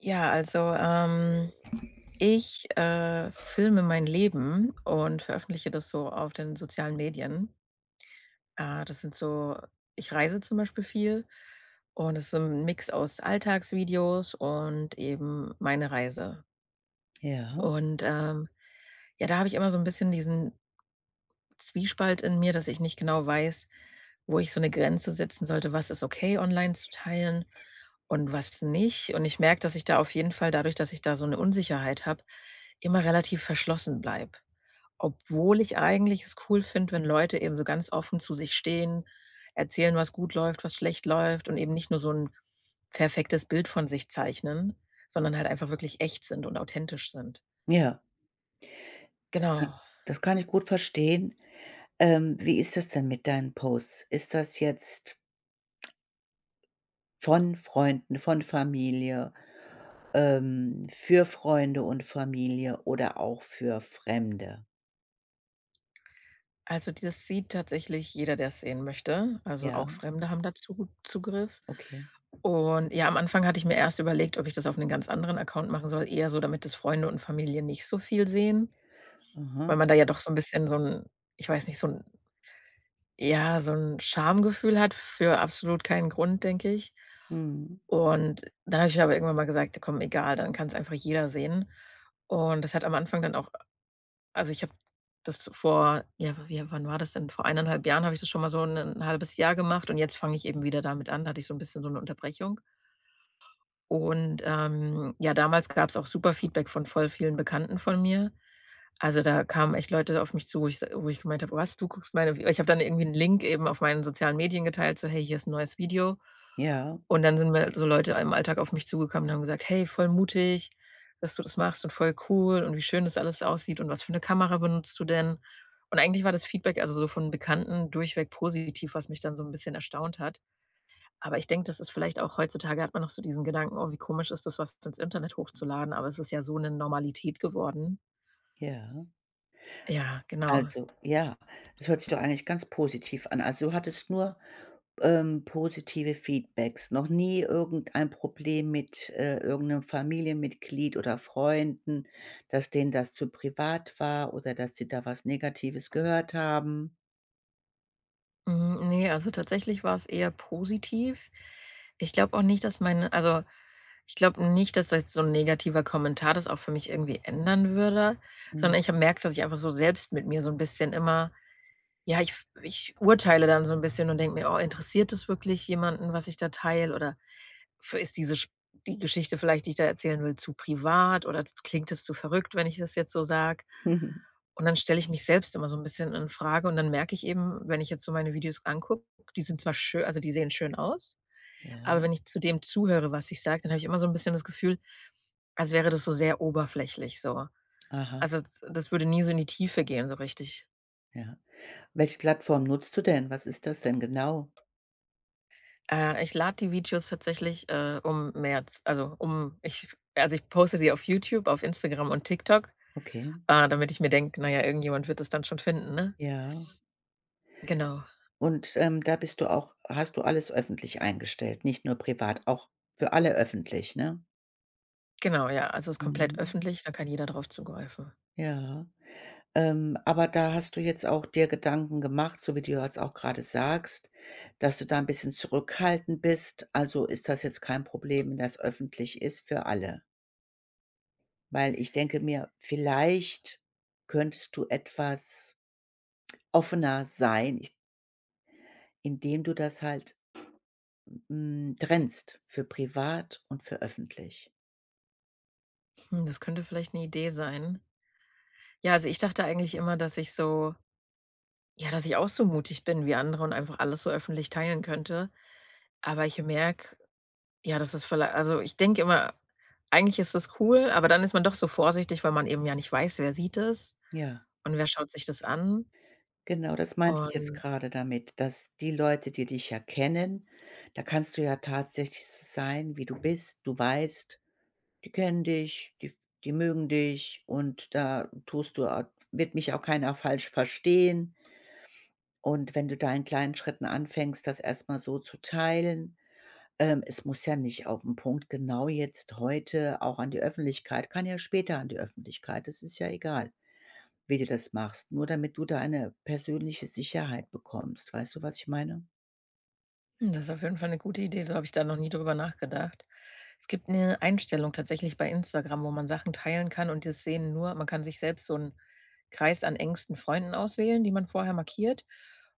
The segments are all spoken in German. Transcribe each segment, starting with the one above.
Ja, also, ich filme mein Leben und veröffentliche das so auf den sozialen Medien. Das sind so Ich reise zum Beispiel viel und es ist so 'n Mix aus Alltagsvideos und eben meine Reise. Ja. Und, ja, da habe ich immer so ein bisschen diesen Zwiespalt in mir, dass ich nicht genau weiß, wo ich so eine Grenze setzen sollte. Was ist okay, online zu teilen und was nicht? Und ich merke, dass ich da auf jeden Fall dadurch, dass ich da so eine Unsicherheit habe, immer relativ verschlossen bleibe. Obwohl ich eigentlich es cool finde, wenn Leute eben so ganz offen zu sich stehen, erzählen, was gut läuft, was schlecht läuft und eben nicht nur so ein perfektes Bild von sich zeichnen, sondern halt einfach wirklich echt sind und authentisch sind. Ja, kann Genau. das kann ich gut verstehen. Wie ist das denn mit deinen Posts? Ist das jetzt von Freunden, von Familie, für Freunde und Familie oder auch für Fremde? Also, das sieht tatsächlich jeder, der es sehen möchte. Also, Ja. auch Fremde haben dazu Zugriff. Okay. Und ja, am Anfang hatte ich mir erst überlegt, ob ich das auf einen ganz anderen Account machen soll, eher so, damit das Freunde und Familie nicht so viel sehen, Aha. weil man da ja doch so ein bisschen so ein, ich weiß nicht, so ein, ja, so ein Schamgefühl hat für absolut keinen Grund, denke ich. Mhm. Und dann habe ich mir aber irgendwann mal gesagt: „Komm, egal, dann kann es einfach jeder sehen.“ Und das hat am Anfang dann auch, also, ich habe das vor, ja, wie wann war das denn? Vor eineinhalb Jahren habe ich das schon mal so ein 'n halbes Jahr gemacht und jetzt fange ich eben wieder damit an. Da hatte ich so ein bisschen so eine Unterbrechung. Und, ja, damals gab es auch super Feedback von voll vielen Bekannten von mir. Also, da kamen echt Leute auf mich zu, wo ich gemeint habe: „Was, du guckst meine Vi“. Ich habe dann irgendwie einen Link eben auf meinen sozialen Medien geteilt, so: „Hey, hier ist ein neues Video.“ Ja, Und dann sind mir so Leute im Alltag auf mich zugekommen und haben gesagt: „Hey, voll mutig, dass du das machst und voll cool und wie schön das alles aussieht und was für 'ne Kamera benutzt du denn?“ Und eigentlich war das Feedback, also so von Bekannten, durchweg positiv, was mich dann so 'n bisschen erstaunt hat. Aber ich denke, das ist vielleicht auch, heutzutage hat man noch so diesen Gedanken: „Oh, wie komisch ist das, was ins Internet hochzuladen?“ Aber es ist ja so 'ne Normalität geworden. ja. Ja, genau. Also, ja, das hört sich doch eigentlich ganz positiv an. Also, du hattest nur, positive Feedbacks, noch nie irgendein Problem mit, irgend Familienmitglied oder Freunden, dass denen das zu privat war oder dass sie da was Negatives gehört haben? Hm, ne, also tatsächlich war es eher positiv. Ich glaube auch nicht, dass meine, also, ich glaube nicht, dass jetzt so ein negativer Kommentar das auch für mich irgendwie ändern würde, sondern ich Mhm. habe merkt, dass ich einfach so selbst mit mir so ein bisschen immer, ja, ich urteile dann so ein bisschen und denke mir: „Oh, interessiert es wirklich jemanden, was ich da teile, oder f ist diese Sch die Geschichte vielleicht, die ich da erzählen will, zu privat, oder z klingt es zu verrückt, wenn ich das jetzt so sage?“ Und dann stelle ich mich selbst immer so ein bisschen in Frage und dann merke ich eben, wenn ich jetzt so meine Videos angucke, die sind zwar schön, also, die sehen schön aus, aber Ja, wenn ich zu dem zuhöre, was ich sage, dann habe ich immer so ein bisschen das Gefühl, als wäre das so sehr oberflächlich so. aha, Also, z das würde nie so in die Tiefe gehen so richtig. ja. Welche Plattform nutzt du denn? Was ist das denn genau? Ich lade die Videos tatsächlich, um mehr, also, um ich, also, ich poste die auf YouTube, auf Instagram und TikTok, Okay, damit ich mir denke: „Naja, irgendjemand wird es dann schon finden“, ne? ja. Genau, Und, da bist du auch hast du alles öffentlich eingestellt, nicht nur privat, auch für alle öffentlich, ne? genau, ja. Also, es ist komplett Mhm. öffentlich, da kann jeder drauf zugreifen. Ja. Aber da hast du jetzt auch dir Gedanken gemacht, so wie du jetzt auch gerade sagst, dass du da ein bisschen zurückhaltend bist. Also, ist das jetzt kein Problem, wenn das öffentlich ist für alle? Weil ich denke mir, vielleicht könntest du etwas offener sein, ich indem du das halt, trennst für privat und für öffentlich. Das könnte vielleicht eine Idee sein. Ja, also, ich dachte eigentlich immer, dass ich so, ja, dass ich auch so mutig bin wie andere und einfach alles so öffentlich teilen könnte. Aber ich merke, ja, das ist viellei also, ich denke immer, eigentlich ist das cool, aber dann ist man doch so vorsichtig, weil man eben ja nicht weiß, wer sieht es Ja. und wer schaut sich das an. Genau, das meinte ich jetzt Und, gerade damit, dass die Leute, die dich ja kennen, da kannst du ja tatsächlich so sein, wie du bist. Du weißt, die kennen dich, die mögen dich und da tust du a wird mich auch keiner falsch verstehen. Und wenn du da in kleinen Schritten anfängst, das erstmal so zu teilen, es muss ja nicht auf 'n Punkt genau jetzt heute auch an die Öffentlichkeit, kann ja später an die Öffentlichkeit, das ist ja egal wie du das machst, nur damit du da eine persönliche Sicherheit bekommst. Weißt du, was ich meine? Das ist auf jeden Fall eine gute Idee, so habe ich da noch nie drüber nachgedacht. Es gibt eine Einstellung tatsächlich bei Instagram, wo man Sachen teilen kann und das sehen nur, man kann sich selbst so einen Kreis an engsten Freunden auswählen, die man vorher markiert.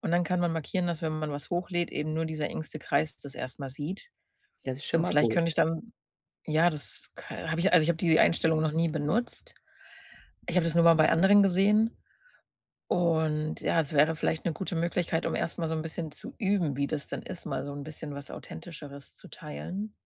Und dann kann man markieren, dass, wenn man was hochlädt, eben nur dieser engste Kreis das erstmal sieht. Das ist schon Und mal vielleicht gut. könnte ich dann, ja, das ka habe ich, also, ich habe die Einstellung noch nie benutzt. Ich habe das nur mal bei anderen gesehen und ja, es wäre vielleicht eine gute Möglichkeit, um erst mal so ein bisschen zu üben, wie das denn ist, mal so ein bisschen was Authentischeres zu teilen.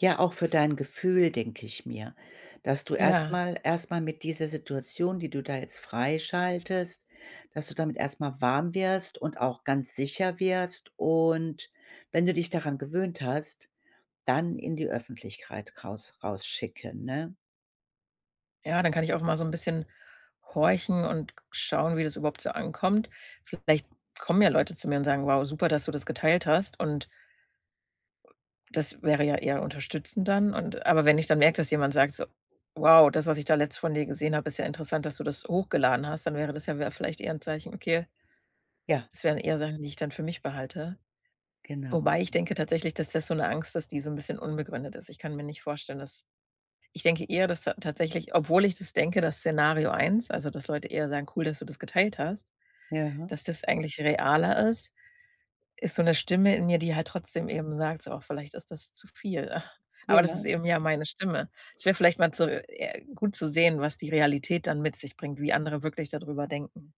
Ja, auch für dein Gefühl, denke ich mir, dass du Ja, erstmal mit dieser Situation, die du da jetzt freischaltest, dass du damit erstmal warm wirst und auch ganz sicher wirst und wenn du dich daran gewöhnt hast, dann in die Öffentlichkeit rausschicken, ne? ja, dann kann ich auch mal so ein bisschen horchen und schauen, wie das überhaupt so ankommt. Vielleicht kommen ja Leute zu mir und sagen: „Wow, super, dass du das geteilt hast.“ Und das wäre ja eher unterstützend dann, und aber wenn ich dann merke, dass jemand sagt so: „Wow, das, was ich da letzt von dir gesehen habe, ist ja interessant, dass du das hochgeladen hast“, dann wäre das ja, wär vielleicht eher ein Zeichen, okay, Ja, das wären eher Sachen, die ich dann für mich behalte. genau. Wobei ich denke tatsächlich, dass das so eine Angst ist, die so ein bisschen unbegründet ist. Ich kann mir nicht vorstellen, dass, ich denke eher, dass ta tatsächlich, obwohl ich das denke, dass Szenario eins, also dass Leute eher sagen: „Cool, dass du das geteilt hast“, Ja, dass das eigentlich realer ist. Ist so 'ne Stimme in mir, die halt trotzdem eben sagt, so: „Oh, vielleicht ist das zu viel.“ Aber das ist ja. eben ja meine Stimme. Es wäre vielleicht mal zu, gut zu sehen, was die Realität dann mit sich bringt, wie andere wirklich da drüber denken.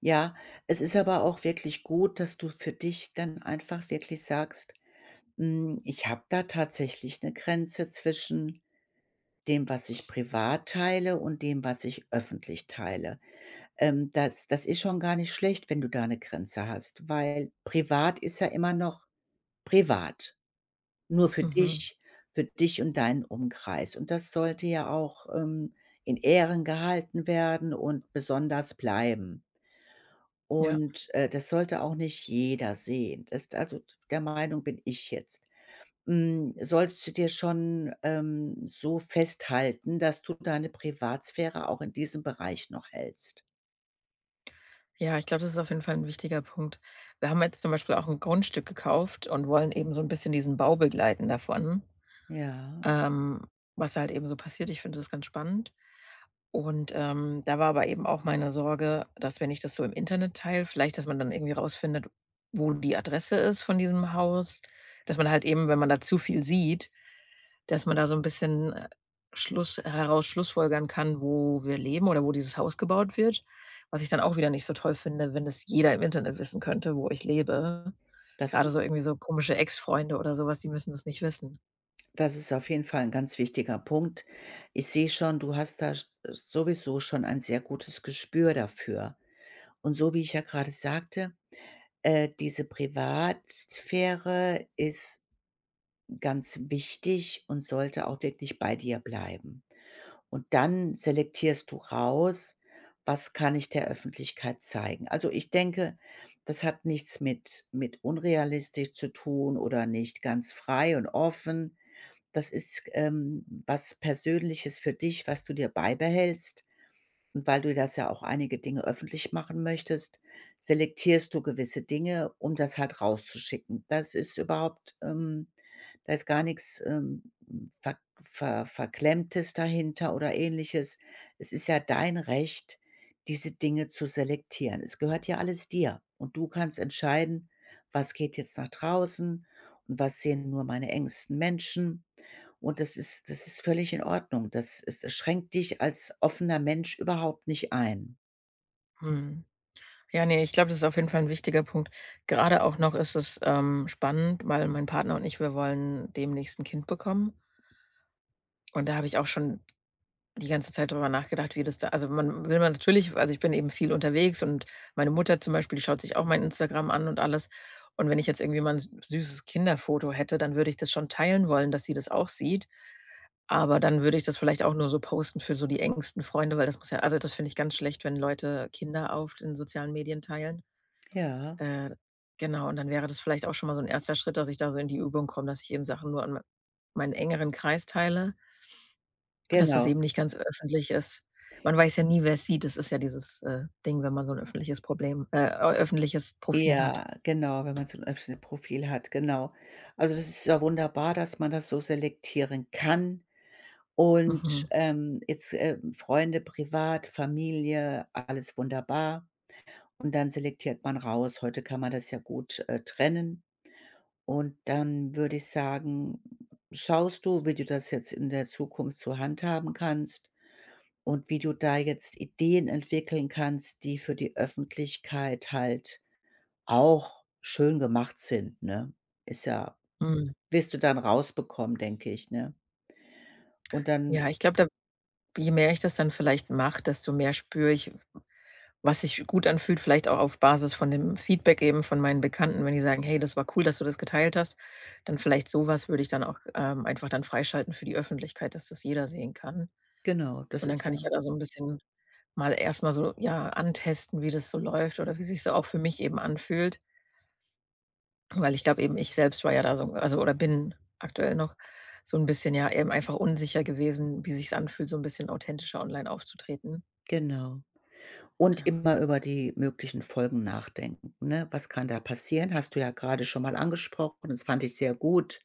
Ja, es ist aber auch wirklich gut, dass du für dich dann einfach wirklich sagst: „Hm, ich habe da tatsächlich eine Grenze zwischen dem, was ich privat teile und dem, was ich öffentlich teile.“ das ist schon gar nicht schlecht, wenn du da eine Grenze hast, weil privat ist ja immer noch privat, nur für Mhm, dich und deinen Umkreis. Und das sollte ja auch, in Ehren gehalten werden und besonders bleiben. ja. Und, das sollte auch nicht jeder sehen. Das also, der Meinung bin ich jetzt. Hm, solltest du dir schon, so festhalten, dass du deine Privatsphäre auch in diesem Bereich noch hältst. Ja, ich glaube, das ist auf jeden Fall 'n wichtiger Punkt. Wir haben jetzt zum Beispiel auch 'n Grundstück gekauft und wollen eben so 'n bisschen diesen Bau begleiten davon, Ja, ähm, was halt eben so passiert. Ich finde das ganz spannend. Und, da war aber eben auch meine Sorge, dass, wenn ich das so im Internet teile, vielleicht, dass man dann irgendwie rausfindet, wo die Adresse ist von diesem Haus, dass man halt eben, wenn man da zu viel sieht, dass man da so ein bisschen, schlussfolgern kann, wo wir leben oder wo dieses Haus gebaut wird, was ich dann auch wieder nicht so toll finde, wenn das jeder im Internet wissen könnte, wo ich lebe. das Gerade so ist irgendwie so komische Ex-Freunde oder sowas, die müssen das nicht wissen. das ist auf jeden Fall ein ganz wichtiger Punkt. Ich sehe schon, du hast da sch sowieso schon ein sehr gutes Gespür dafür. Und so wie ich ja gerade sagte, diese Privatsphäre ist ganz wichtig und sollte auch wirklich bei dir bleiben. Und dann selektierst du raus: „Was kann ich der Öffentlichkeit zeigen?“ Also, ich denke, das hat nichts mit unrealistisch zu tun oder nicht ganz frei und offen. Das ist, was Persönliches für dich, was du dir beibehältst. Und weil du das ja auch einige Dinge öffentlich machen möchtest, selektierst du gewisse Dinge, um das halt rauszuschicken. Das ist überhaupt da ist gar nichts, Verklemmtes dahinter oder Ähnliches. Es ist ja dein Recht, diese Dinge zu selektieren. Es gehört ja alles dir und du kannst entscheiden, was geht jetzt nach draußen und was sehen nur meine engsten Menschen. Und das ist völlig in Ordnung. Das es schränkt dich als offener Mensch überhaupt nicht ein. Mhm. Ja, nee, ich glaube, das ist auf jeden Fall ein wichtiger Punkt. Gerade auch noch ist es, spannend, weil mein Partner und ich, wir wollen demnächst ein Kind bekommen. Und da habe ich auch schon die ganze Zeit drüber nachgedacht, wie das da, also, man will, man natürlich, also, ich bin eben viel unterwegs und meine Mutter zum Beispiel, die schaut sich auch mein Instagram an und alles. Und wenn ich jetzt irgendwie mal ein süßes Kinderfoto hätte, dann würde ich das schon teilen wollen, dass sie das auch sieht. Aber dann würde ich das vielleicht auch nur so posten für so die engsten Freunde, weil das muss ja, also, das finde ich ganz schlecht, wenn Leute Kinder auf den sozialen Medien teilen. Ja, Äh, genau, und dann wäre das vielleicht auch schon mal so ein erster Schritt, dass ich da so in die Übung komme, dass ich eben Sachen nur an meinen engeren Kreis teile und dass es genau. eben nicht ganz öffentlich ist. Man weiß ja nie, wer es sieht. Das ist ja dieses, Ding, wenn man so ein öffentliches Problem ö öffentliches Profil hat. Ja, genau, wenn man so ein öffentliches Profil hat, genau. Also, das ist ja wunderbar, dass man das so selektieren kann. Und, Mhm. Jetzt, Freunde privat, Familie, alles wunderbar. Und dann selektiert man raus. Heute kann man das ja gut, trennen. Und dann würde ich sagen, schaust du, wie du das jetzt in der Zukunft so handhaben kannst und wie du da jetzt Ideen entwickeln kannst, die für die Öffentlichkeit halt auch schön gemacht sind, ne? Ist ja Mhm. wirst du dann rausbekommen, denke ich, ne? Und dann Ja, ich glaube, je mehr ich das dann vielleicht mache, desto mehr spüre ich, was sich gut anfühlt, vielleicht auch auf Basis von dem Feedback eben von meinen Bekannten, wenn die sagen: „Hey, das war cool, dass du das geteilt hast.“ Dann vielleicht sowas würde ich dann auch, einfach dann freischalten für die Öffentlichkeit, dass das jeder sehen kann. genau, das Und dann ist kann ich ja ja da so ein bisschen mal erst mal so, ja, antesten, wie das so läuft oder wie sich so auch für mich eben anfühlt. Weil ich glaube eben, ich selbst war ja da so, also, oder bin aktuell noch so ein bisschen, ja, eben einfach unsicher gewesen, wie sich's anfühlt, so ein bisschen authentischer online aufzutreten. genau. Und Ja, immer über die möglichen Folgen nachdenken, ne? Was kann da passieren? Hast du ja gerade schon mal angesprochen, das fand ich sehr gut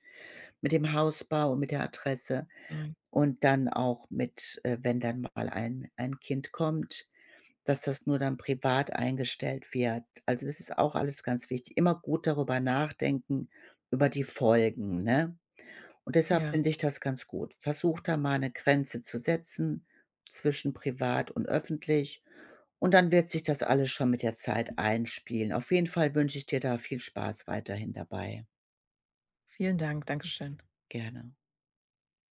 mit dem Hausbau und mit der Adresse. mhm. Und dann auch mit, wenn dann mal ein Kind kommt, dass das nur dann privat eingestellt wird. Also, das ist auch alles ganz wichtig. Immer gut darüber nachdenken, über die Folgen, ne? Und deshalb Ja, finde ich das ganz gut. Versuch da mal eine Grenze zu setzen zwischen privat und öffentlich und dann wird sich das alles schon mit der Zeit einspielen. Auf jeden Fall wünsche ich dir da viel Spaß weiterhin dabei. vielen Dank. Dankeschön. Gerne.